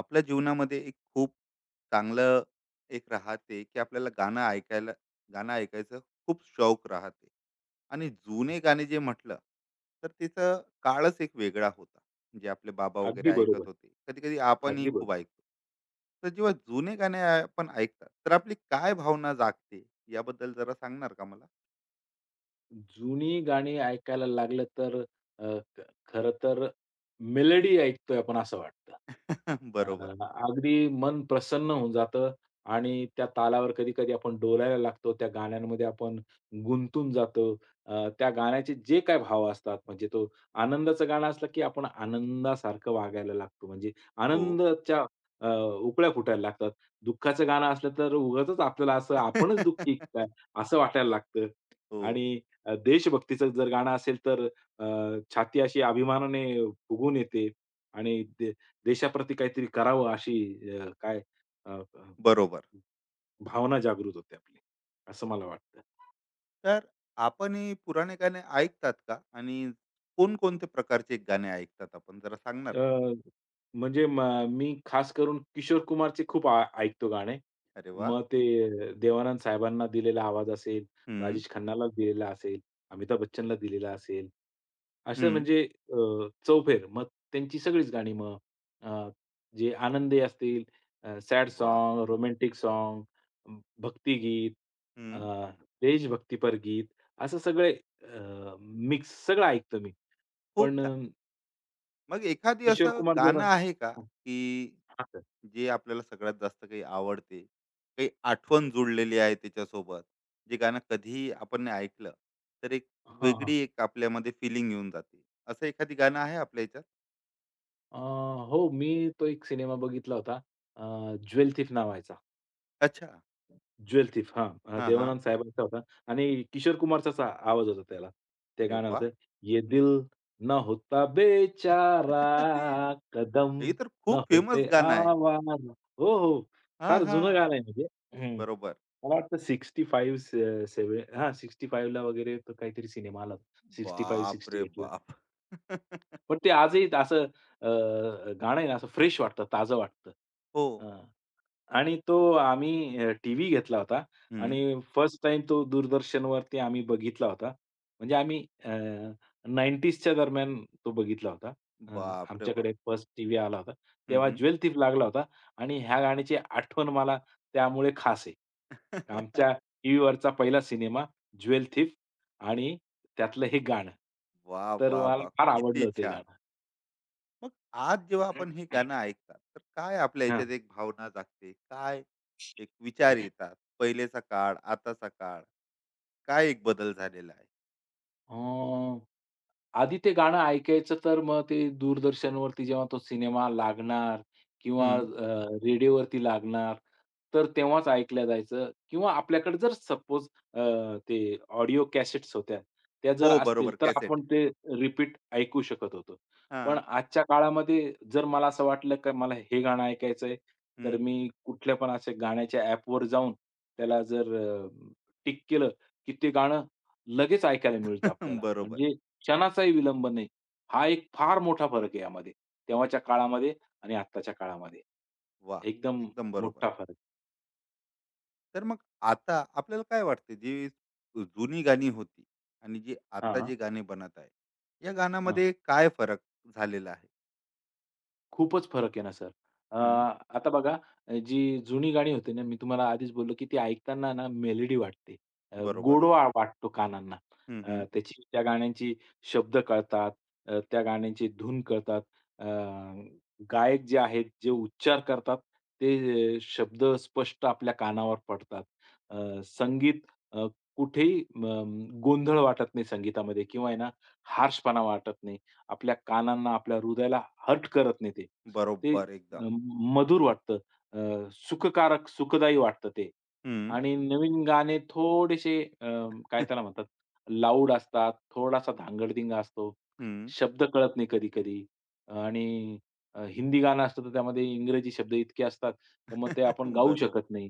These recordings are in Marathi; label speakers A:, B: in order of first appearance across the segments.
A: आपल्या जीवनामध्ये एक खूप चांगलं एक राहते की आपल्याला गाणं ऐकायचं खूप शौक राहते. आणि जुने गाणे जे म्हटलं तर त्याचा काळच एक वेगळा होता. जे आपले बाबा
B: अगदी
A: वगैरे
B: बरोबर.
A: ऐकत होते, कधी कधी आपणही
B: अगदी
A: खूप
B: बरोबर.
A: ऐकतो. तर जेव्हा जुने गाणे आपण ऐकतात तर आपली काय भावना जागते, याबद्दल जरा सांगणार का मला?
B: जुनी गाणी ऐकायला लागलं तर अ, ख खरं तर मेलडी ऐकतोय आपण असं वाटतं.
A: बरोबर.
B: अगदी मन प्रसन्न होऊन जातं आणि त्या तालावर कधी-कधी आपण डोलायला लागतो. त्या गाण्यांमध्ये आपण गुंतून जातो. त्या गाण्याचे जे काय भाव असतात म्हणजे तो आनंदाचं गाणं असलं, की आपण आनंदासारखं वागायला लागतो. म्हणजे
A: हो.
B: आनंदाच्या अ, उकळ्या फुटायला लागतात. दुःखाचं गाणं असलं तर उगाचच आपल्याला असं आपणच दुःखी काय असं वाटायला लागतं
A: हो,
B: आणि देशभक्तीचं जर गाणं असेल तर अ, छाती अशी अभिमानाने फुगून येते आणि देशाप्रती काहीतरी करावं अशी अ, काय अ, अ,
A: बरोबर.
B: भावना जागृत होते आपली, असं मला वाटतं.
A: तर आपण हे पुराणे गाणे ऐकतात का? आणि कोणकोणते प्रकारचे गाणे ऐकतात आपण, जरा सांगणार का?
B: अ, म्हणजे म मी खास करून किशोर कुमारचे खूप ऐकतो गाणे.
A: अरे वाह!
B: मग ते देवानंद साहेबांना दिलेला आवाज असेल,
A: हं,
B: राजेश खन्नाला दिलेला असेल, अमिताभ बच्चनला दिलेला असेल. असं
A: हं.
B: म्हणजे चौफेर. मग त्यांची सगळीच गाणी मग अ, जे आनंदी असतील, सॅड
A: वा,
B: सॉन्ग, रोमॅन्टिक सॉन्ग, भक्तिगीत, अ,
A: हं.
B: देशभक्तीपर गीत असं सगळे मिक्स सगळं ऐकतो मी.
A: खूप
B: पण
A: छान. मग एखादी
B: किशोर
A: असं
B: कुमार जर
A: गाणं आहे का, की
B: हां, सर.
A: जे आपल्याला सगळ्यात जास्त काही आवडते? काही आठवण जुळलेली आहे त्याच्यासोबत? जे गाणं कधीही आपण ऐकलं, तर एक
B: हां,
A: वेगळी
B: हां.
A: एक आपल्यामध्ये फीलिंग येऊन जाते. असं एखादी गाणं आहे आपल्या ह्याच्यात?
B: अ, हो, मी तो एक सिनेमा बघितला होता. ज्वेल थीफ नावाचा.
A: अच्छा.
B: ज्वेल थीफ हां,
A: हां, हां.
B: देवानंद साहेबांचा होता आणि किशोर कुमारचाच आवाज होता त्याला. ते
A: अरे
B: गाणं
A: वाह!
B: होतं, "ये दिल ना होता बेचारा,
A: अरे,
B: कदम
A: हे तर
B: ना
A: खूप
B: होते
A: फेमस गाणं आहे.
B: आवारा." हो, हो.
A: हां,
B: फार जुनं
A: हां.
B: गाणं आहे म्हणजे. हं.
A: बरोबर.
B: मला वाटतं 65 से सेव्ह हां, 65 ला वगैरे तो काहीतरी सिनेमा आला होता.
A: बाप
B: 65-68
A: रे बाप!
B: पण ते आजही असं अ, गाणं आहे ना, असं फ्रेश वाटतं, ताजं वाटतं.
A: हो.
B: हां. आणि तो आम्ही टीव्ही घेतला होता
A: हं.
B: आणि फर्स्ट टाईम तो दूरदर्शनवरती आम्ही बघितला होता. म्हणजे आम्ही अ, दरम्यान तो बघितला होता. अ,
A: बाप रे बाप!
B: आमच्याकडे फर्स्ट टीव्ही आला होता.
A: हं,
B: तेव्हा
A: हं.
B: ज्वेल थीफ लागला होता आणि ह्या गाण्याची आठवण मला त्यामुळे खास आहे. आमच्या टीव्हीवरचा पहिला सिनेमा ज्वेल थीफ आणि त्यातलं हे गाणं.
A: वाह,
B: तर
A: वाह,
B: मला
A: वाह!
B: फार आवडलं
A: किती
B: होतं हे
A: छान.
B: गाणं.
A: मग आज जेव्हा आपण हे गाणं ऐकतात, तर काय आपल्या
B: हां.
A: ह्याच्यात एक भावना जागते? काय एक विचार येतात? पहिलेचा काळ, आताचा काळ, काय एक बदल झालेला आहे?
B: अ, आधी ते गाणं ऐकायचं तर मग ते दूरदर्शनवरती जेव्हा तो सिनेमा लागणार किंवा
A: हं.
B: रेडिओवरती लागणार, तर तेव्हाच ऐकलं जायचं किंवा आपल्याकडे जर सपोज ते ऑडिओ कॅसेट्स होत्या, त्या
A: हो,
B: जर असतील
A: बरोबर.
B: तर
A: कॅसेट.
B: आपण ते रिपीट ऐकू शकत होतो. पण
A: हां.
B: आजच्या काळामध्ये जर मला असं वाटलं की मला हे गाणं ऐकायचंय, तर
A: हं.
B: मी कुठल्या पण अशा गाण्याच्या ॲपवर जाऊन त्याला जर टिक केलं, की ते गाणं लगेच ऐकायला मिळतं आपल्याला.
A: बरोबर.
B: म्हणजे क्षणाचाही विलंब नाही. हा एक फार मोठा फरक आहे यामध्ये. तेव्हाच्या काळामध्ये आणि आत्ताच्या काळामध्ये.
A: वाह!
B: एकदम
A: एकदम बरोबर.
B: मोठा फरक.
A: तर मग आता आपल्याला काय वाटते, जी जुनी गाणी होती आणि जी आता
B: हां,
A: जे गाणे बनत आहे, या
B: हां.
A: गाण्यामध्ये काय फरक झालेला आहे?
B: खूपच फरक आहे ना सर. अ,
A: हम्म.
B: आता बघा जी जुनी गाणी होती ना, मी तुम्हाला आधीच बोललो, की ती ऐकताना ना मेलडी वाटते.
A: बरोबर.
B: गोडवा वाटतो कानांना.
A: हम्म, हम्म.
B: त्याची त्या गाण्यांची शब्द कळतात. त्या गाण्यांची धून कळतात. अ, गायक जे आहेत, जे उच्चार करतात, ते शब्द स्पष्ट आपल्या कानावर पडतात. संगीत अ, कुठेही गोंधळ वाटत नाही संगीतामध्ये किंवा आहे ना, हार्शपणा वाटत नाही. आपल्या कानांना, आपल्या हृदयाला हर्ट करत नाही ते. ते
A: बरोबर
B: अ,
A: एकदम.
B: मधुर वाटतं. अ, सुखकारक, सुखदायी वाटतं ते.
A: हम्म,
B: आणि नवीन गाणे थोडेसे काय त्याला म्हणतात, लाऊड असतात, थोडासा धांगडधिंगा असतो.
A: हम्म.
B: शब्द कळत नाही कधी-कधी आणि हिंदी गाणं असतं, तर त्यामध्ये इंग्रजी शब्द इतके असतात, तर मग ते आपण गाऊ
A: बरोबर.
B: शकत नाही.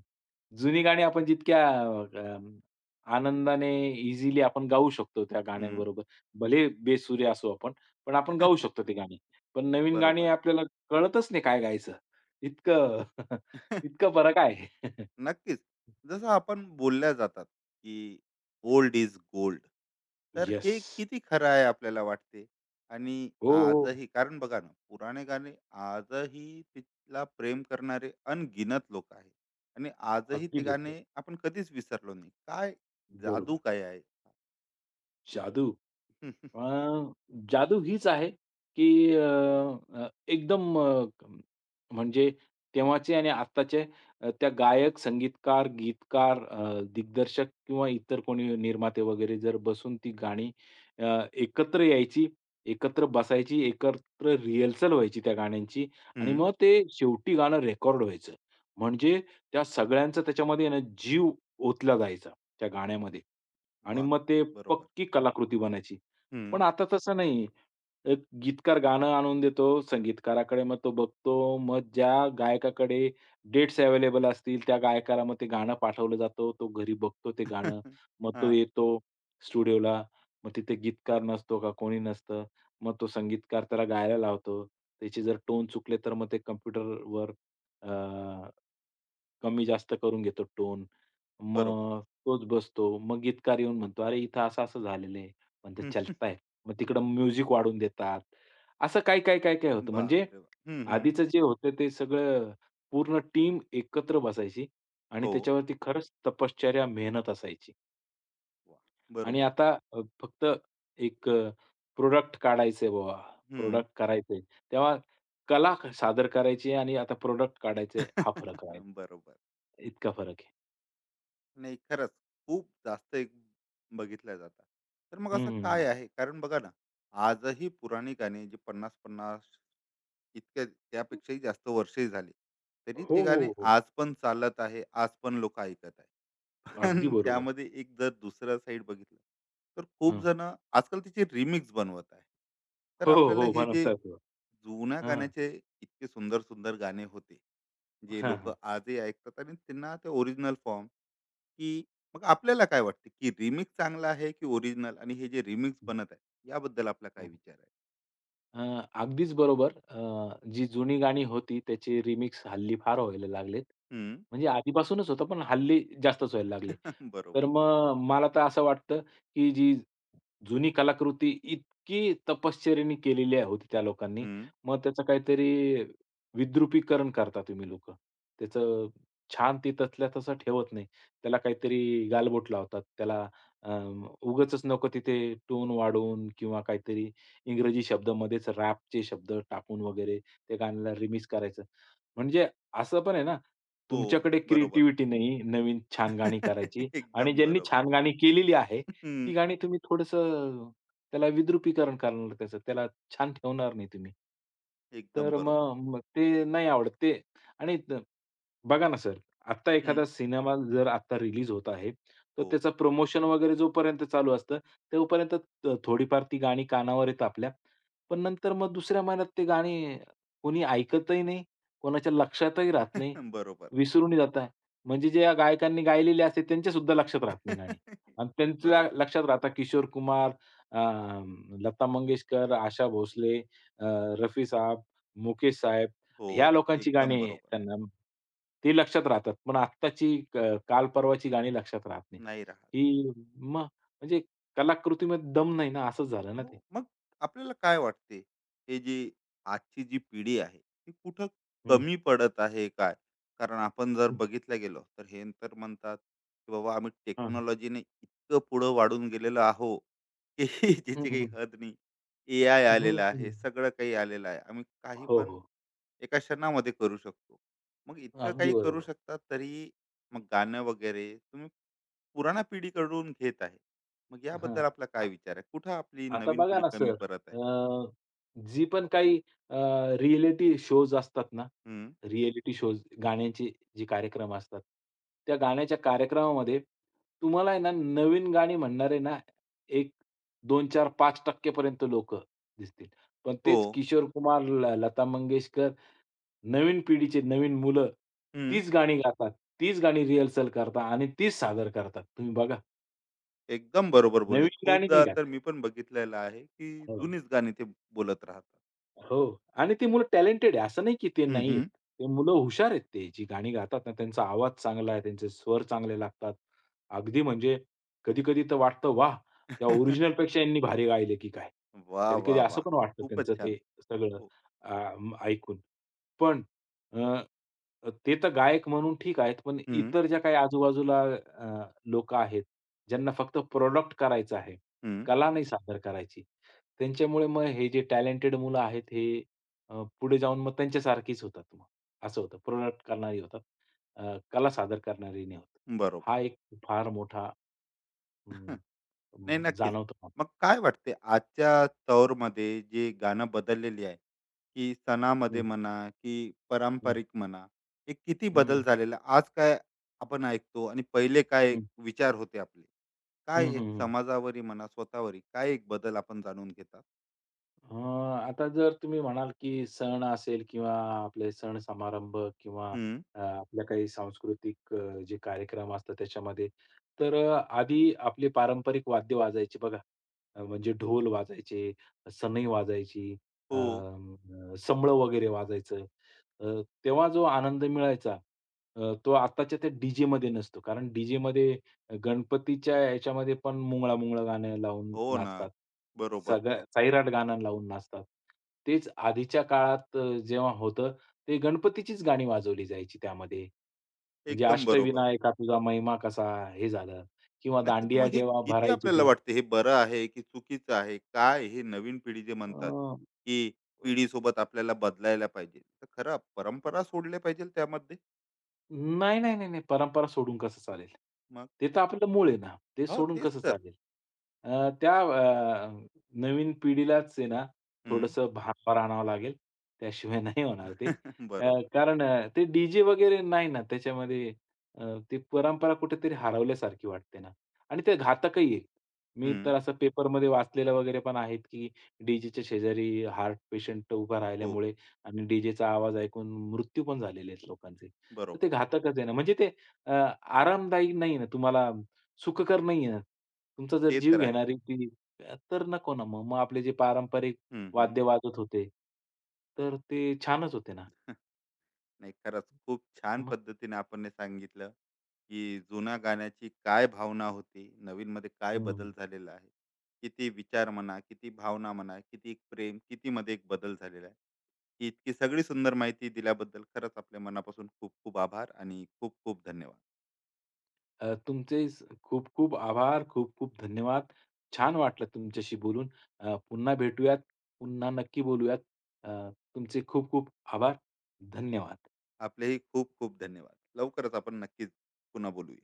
B: जुनी गाणी आपण जितक्या अ, आनंदाने, इझिली आपण गाऊ शकतो त्या
A: हम्म.
B: गाण्यांबरोबर. भले बेसुरे असू आपण, पण आपण गाऊ शकतो ती गाणी. पण नवीन गाणी
A: बरोबर.
B: आपल्याला कळतच नाही काय गायचं. इतकं इतका फरक आहे.
A: नक्कीच. जसं आपण बोलल्या जातात, की "ओल्ड इज गोल्ड." तर
B: येस.
A: हे किती खरं आहे आपल्याला वाटते? आणि
B: हो, हो.
A: आजही कारण बघा ना, पुराणे गाणे आजही तिला प्रेम करणारे अनगिनत लोक आहेत. आणि आजही
B: अगदी
A: ते
B: बरोबर.
A: गाणे आपण कधीच विसरलो नाही. काय
B: बरोबर.
A: जादू काय आहे?
B: जादू. अ, जादू हीच आहे, की अ, अ, एकदम म्हणजे तेव्हाचे आणि आत्ताचे त्या गायक, संगीतकार, गीतकार, दिग्दर्शक किंवा इतर कोणी निर्माते वगैरे जर बसून ती गाणी अ, एकत्र यायची, एकत्र बसायची, एकत्र रिहर्सल व्हायची त्या गाण्यांची आणि
A: हं.
B: मग ते शेवटी गाणं रेकॉर्ड व्हायचं. म्हणजे त्या सगळ्यांचा त्याच्यामध्ये ना जीव ओतला जायचा त्या गाण्यामध्ये आणि
A: वाह!
B: मग ते
A: बरोबर.
B: पक्की कलाकृती बनायची.
A: हं.
B: पण आता तसं नाही. एक गीतकार गाणं आणून देतो, संगीतकाराकडे मग तो बघतो. मग ज्या गायकाकडे डेट्स अवेलेबल असतील, त्या गायकाला मग ते गाणं पाठवलं जातं. तो घरी बघतो ते
A: हां.
B: गाणं. मग तो येतो स्टुडिओला. मग तिथे गीतकार नसतो का कोणी नसतं. मग तो संगीतकार त्याला गायला लावतो. त्याची जर टोन चुकले, तर मग ते कॉम्प्युटरवर कमी-जास्त करून घेतो टोन.
A: बरोबर.
B: मग तोच बसतो. मग गीतकार येऊन म्हणतो, "अरे, इथं असं-असं झालेलं आहे." म्हणतो, "चलता है." मग तिकडं म्युझिक वाढवून देतात. असं काय, काय, काय, काय होतं. म्हणजे
A: बापरे बाप! हं, हं.
B: आधीचं जे होतं ते सगळं पूर्ण टीम एकत्र बसायची आणि
A: हो.
B: त्याच्यावरती खरंच तपश्चर्या, मेहनत असायची.
A: वाह!
B: आणि
A: बरोबर.
B: आता फक्त एक प्रोडक्ट काढायचंय बाबा,
A: हं.
B: प्रोडक्ट करायचंय. तेव्हा सादर करायची आणि आता प्रोडक्ट काढायचंय हा फरक आहे.
A: बरोबर.
B: इतका फरक आहे.
A: नाही, खरंच खूप जास्त एक बघितल्या जातात. तर मग असं काय
B: हं,
A: आहे? कारण बघा ना, आजही पुराणी गाणी जे 50 50 इतक्या त्यापेक्षाही जास्त वर्षे झाली. तरी
B: हो,
A: ते गाणे
B: हो, हो.
A: आज पण चालत आहे, आज पण लोकं ऐकत आहे.
B: अगदी
A: पण
B: बरोबर.
A: त्यामध्ये एक जर दुसरा साईड बघितलं, तर खूप
B: हं.
A: जणं आजकाल त्याचे रिमिक्स बनवत आहे. तर
B: हो, हो,
A: आपल्याला
B: हो.
A: हे
B: म्हणत
A: जे
B: आहेत.
A: जुन्या
B: हां, हां.
A: गाण्याचे इतके सुंदर-सुंदर गाणे होते. जे लोक
B: हां,
A: आजही ऐकतात आणि त्यांना ते ओरिजिनल फॉर्म की मग आपल्याला काय वाटते की रिमिक्स चांगला आहे की ओरिजिनल, आणि हे जे रिमिक्स बनत आहे याबद्दल आपला काय
B: हो.
A: विचार आहे?
B: अ, अगदीच बरोबर. जी जुनी गाणी होती त्याचे रिमिक्स हल्ली फार व्हायला लागलेत.
A: हम्म.
B: म्हणजे आधीपासूनच होतं, पण हल्ली जास्तच व्हायला लागले. तर
A: बरोबर.
B: मग मला तर असं वाटतं, की जी जुनी कलाकृती इतकी तपश्चर्येने केलेली आहे होती त्या लोकांनी.
A: हम्म.
B: मग त्याचं काहीतरी विद्रुपीकरण करता तुम्ही लोकं. त्याचं छान ते तसल्या तसं ठेवत नाही. त्याला काहीतरी गालबोट लावतात. त्याला अ, नको तिथे टोन वाढवून किंवा काहीतरी इंग्रजी शब्दामध्येच रॅपचे शब्द टाकून वगैरे त्या गाण्याला रिमिक्स करायचं. म्हणजे असं पण आहे ना,
A: हो,
B: तुमच्याकडे
A: बरोबर.
B: क्रिएटिव्हिटी नाही नवीन छान गाणी करायची आणि
A: एकदम
B: ज्यांनी
A: बरोबर.
B: छान गाणी केलेली आहे, ती
A: हम्म.
B: गाणी तुम्ही थोडंसं त्याला विद्रुपीकरण करणार त्याचं, त्याला छान ठेवणार नाही तुम्ही.
A: एकदम
B: तर
A: बरोबर.
B: मग मग ते नाही आवडत ते आणि बघा ना सर, आत्ता
A: हम्म.
B: एखादा सिनेमा जर आत्ता रिलीज होत आहे, तर
A: हो.
B: त्याचं प्रमोशन वगैरे जोपर्यंत चालू असतं, तोपर्यंत थोडीफार ती गाणी कानावर येतात आपल्या. पण नंतर मग दुसऱ्या महिन्यात ते गाणी कोणी ऐकतही नाही, कोणाच्या लक्षातही राहत नाही,
A: बरोबर.
B: विसरूनही जातं. म्हणजे ज्या गायकांनी गायलेली असते त्यांच्यासुद्धा लक्षात राहत नाही गाणी. आणि त्यांच्या
A: बरोबर.
B: लक्षात राहतात किशोर कुमार, अ, लता मंगेशकर, आशा भोसले, अ, रफी साहब, मुकेश साहेब
A: हो,
B: ह्या लोकांची
A: एकदम
B: गाणी
A: बरोबर.
B: त्यांना ती लक्षात राहतात. पण आत्ताची क काल परवाची गाणी लक्षात राहत नाही.
A: नाही राहत.
B: ही मग म्हणजे कलाकृतीमध्ये दम नाही ना, असंच झालं ना ते.
A: हो, मग आपल्याला काय वाटते, हे जी आजची जी पिढी आहे, ती कुठं
B: हं,
A: कमी पडत आहे काय? कारण आपण जर
B: हं.
A: बघितलं गेलो, तर हे तर म्हणतात, की बाबा आम्ही
B: हां.
A: टेक्नॉलॉजीने इतकं पुढं वाढून गेलेलो आहो, की
B: हं,
A: ज्याची काही
B: हं.
A: हद नाही. एआय
B: हं,
A: आलेला आहे,
B: हं.
A: सगळं काही आलेलं आहे. आम्ही काही
B: हो,
A: पण
B: हो.
A: एका क्षणामध्ये करू शकतो. मग इतकं
B: अगदी
A: काही करू
B: बरोबर.
A: शकतात, तरीही मग गाणं वगैरे तुम्ही पुराण्या पिढीकडून घेत आहे. मग याबद्दल
B: हां.
A: आपला काय विचार आहे? कुठं आपली
B: आता
A: नवीन
B: बघा
A: पिढी
B: ना
A: कमी
B: सर,
A: पडत आहे?
B: अ, जी पण काही रिएलिटी शोज असतात ना,
A: हं,
B: रिएलिटी शोज गाण्यांचे जे कार्यक्रम असतात, त्या गाण्याच्या कार्यक्रमामध्ये तुम्हाला आहे ना, नवीन गाणी म्हणणारे ना, एक 2, 4, 5% पर्यंत लोक दिसतील. पण
A: हो.
B: तेच किशोर कुमार, लता मंगेशकर, नवीन पिढीचे नवीन मुलं
A: हं,
B: तीच गाणी गातात, तीच गाणी रिहर्सल करतात आणि तीच सादर करतात. तुम्ही बघा,
A: एकदम बरोबर बोलले.
B: नवीन गाणी
A: खूपदा
B: नाही
A: तर
B: गात.
A: मी पण बघितलेलं आहे, की
B: हो.
A: जुनीच गाणी ते बोलत राहतात.
B: हो. आणि ती मुलं टॅलेंटेड आहे. असं नाही की ते
A: हं,
B: नाहीयेत.
A: हं.
B: ते मुलं हुशार आहेत ते. जी गाणी गातात ना, त्यांचा आवाज चांगला आहे, त्यांचे स्वर चांगले लागतात. अगदी म्हणजे कधी-कधी तर वाटतं, वाह! त्या ओरिजिनलपेक्षा यांनी भारी गायले की काय?
A: वाह,
B: कधी-कधी
A: वाह,
B: असं
A: वाह!
B: पण वाटतं त्यांचं
A: खूपच छान.
B: ते सगळं
A: हो.
B: अ, ऐकून. पण अ, ते तर गायक म्हणून ठीक आहेत. पण
A: हं,
B: इतर ज्या काही आजूबाजूला अ, लोकं आहेत, ज्यांना फक्त प्रॉडक्ट करायचं आहे.
A: हं.
B: कला नाही सादर करायची. त्यांच्यामुळे मग हे जे टॅलेंटेड मुलं आहेत हे पुढे जाऊन मग त्यांच्यासारखीच होतात मग. असं होतं. प्रोडक्ट करणारी होतात. अ, कला सादर करणारी नाही होत.
A: बरोबर.
B: हा एक फार मोठा अं,
A: नाही,
B: अं,
A: नक्कीच.
B: जाणवतो मला.
A: मग काय वाटते आजच्या तौरमध्ये जे गाणं बदललेली आहे, की
B: हं,
A: सणामध्ये म्हणा, की
B: हं.
A: पारंपरिक म्हणा, हे किती
B: हं,
A: बदल
B: हं.
A: झालेला आहे? आज काय आपण ऐकतो आणि पहिले काय
B: हं,
A: विचार होते आपले? काय एक
B: हं,
A: समाजावरही म्हणा, स्वतःवरही काय एक बदल आपण जाणून घेतात?
B: अ, आता जर तुम्ही म्हणाल, की सण असेल किंवा आपले सण समारंभ किंवा
A: हं.
B: आपल्या काही सांस्कृतिक जे कार्यक्रम असतात त्याच्यामध्ये, तर आधी आपली पारंपरिक वाद्य वाजायची बघा. म्हणजे ढोल वाजायचे, सनई वाजायची, अ,
A: हो.
B: संबळ वगैरे वाजायचं. तेव्हा जो आनंद मिळायचा तो आत्ताच्या त्या डीजेमध्ये नसतो. कारण डीजेमध्ये गणपतीच्या ह्याच्यामध्ये पण मुंगळा-मुंगळा गाणं लावून
A: हो ना.
B: नाचतात.
A: बरोबर.
B: सगळ्या सैराट गाणं लावून नाचतात. तेच आधीच्या काळात जेव्हा होतं, ते गणपतीचीच गाणी वाजवली जायची त्यामध्ये. म्हणजे
A: एकदम बरोबर.
B: अष्टविनायका तुझा महिमा कसा हे झालं किंवा
A: नक्कीच.
B: दांडिया
A: मग हे
B: जेव्हा
A: किती
B: भरायची
A: आपल्याला
B: ती.
A: वाटते, हे बरं आहे की चुकीचं आहे, काय हे नवीन पिढी जे
B: अ,
A: म्हणतात की पिढीसोबत आपल्याला बदलायला पाहिजे, तर खरं परंपरा सोडल्या पाहिजे त्यामध्ये?
B: नाही, नाही, नाही, नाही. परंपरा सोडून कसं चालेल?
A: मग
B: ते तर आपलं मूळ आहे ना. ते
A: हो,
B: सोडून
A: तेच
B: कसं
A: तर.
B: चालेल? त्या नवीन पिढीलाच आहे ना,
A: हम्म.
B: थोडंसं भानावर आणावं लागेल. त्याशिवाय नाही होणार ते. अ,
A: बरोबर.
B: कारण अ, ते डी वगैरे नाही ना त्याच्यामध्ये अ, ती परंपरा कुठेतरी हरवल्यासारखी वाटते ना आणि ते घातकही आहे. मी तर
A: हम्म.
B: असं पेपरमध्ये वाचलेलं वगैरे पण आहेत, की डी शेजारी हार्ट पेशंट उभा
A: हो,
B: राहिल्यामुळे आणि डी आवाज ऐकून मृत्यू पण झालेले आहेत लोकांचे. तर ते
A: बरोबर.
B: घातकच आहे ना. म्हणजे ते आरामदायी नाही ना, तुम्हाला सुखकर नाही आहे ना. तुमचा जर
A: ते
B: जीव
A: तर आहे.
B: घेणारी ती तर नको ना मग. मग आपले जे पारंपरिक
A: हम्म, हम्म.
B: वाद्य वाजत होते, तर ते छानच होते ना.
A: नाही, खरंच खूप छान
B: मग
A: पद्धतीने आपण हे सांगितलं, की जुन्या गाण्याची काय भावना होती, नवीन मध्ये काय
B: हं.
A: बदल झालेला आहे, किती विचार म्हणा, किती भावना म्हणा, किती एक प्रेम, किती मध्ये एक बदल झालेला आहे. ही इतकी सगळी सुंदर माहिती दिल्याबद्दल खरंच आपल्या मनापासून खूप खूप आभार आणि खूप खूप धन्यवाद.
B: तुमचे खूप-खूप आभार, खूप-खूप धन्यवाद. छान वाटलं तुमच्याशी बोलून. पुन्हा भेटूयात, पुन्हा नक्की बोलूयात. तुमचे खूप-खूप आभार. धन्यवाद.
A: आपलेही खूप खूप धन्यवाद. लवकरच आपण नक्कीच पुन्हा बोलूया.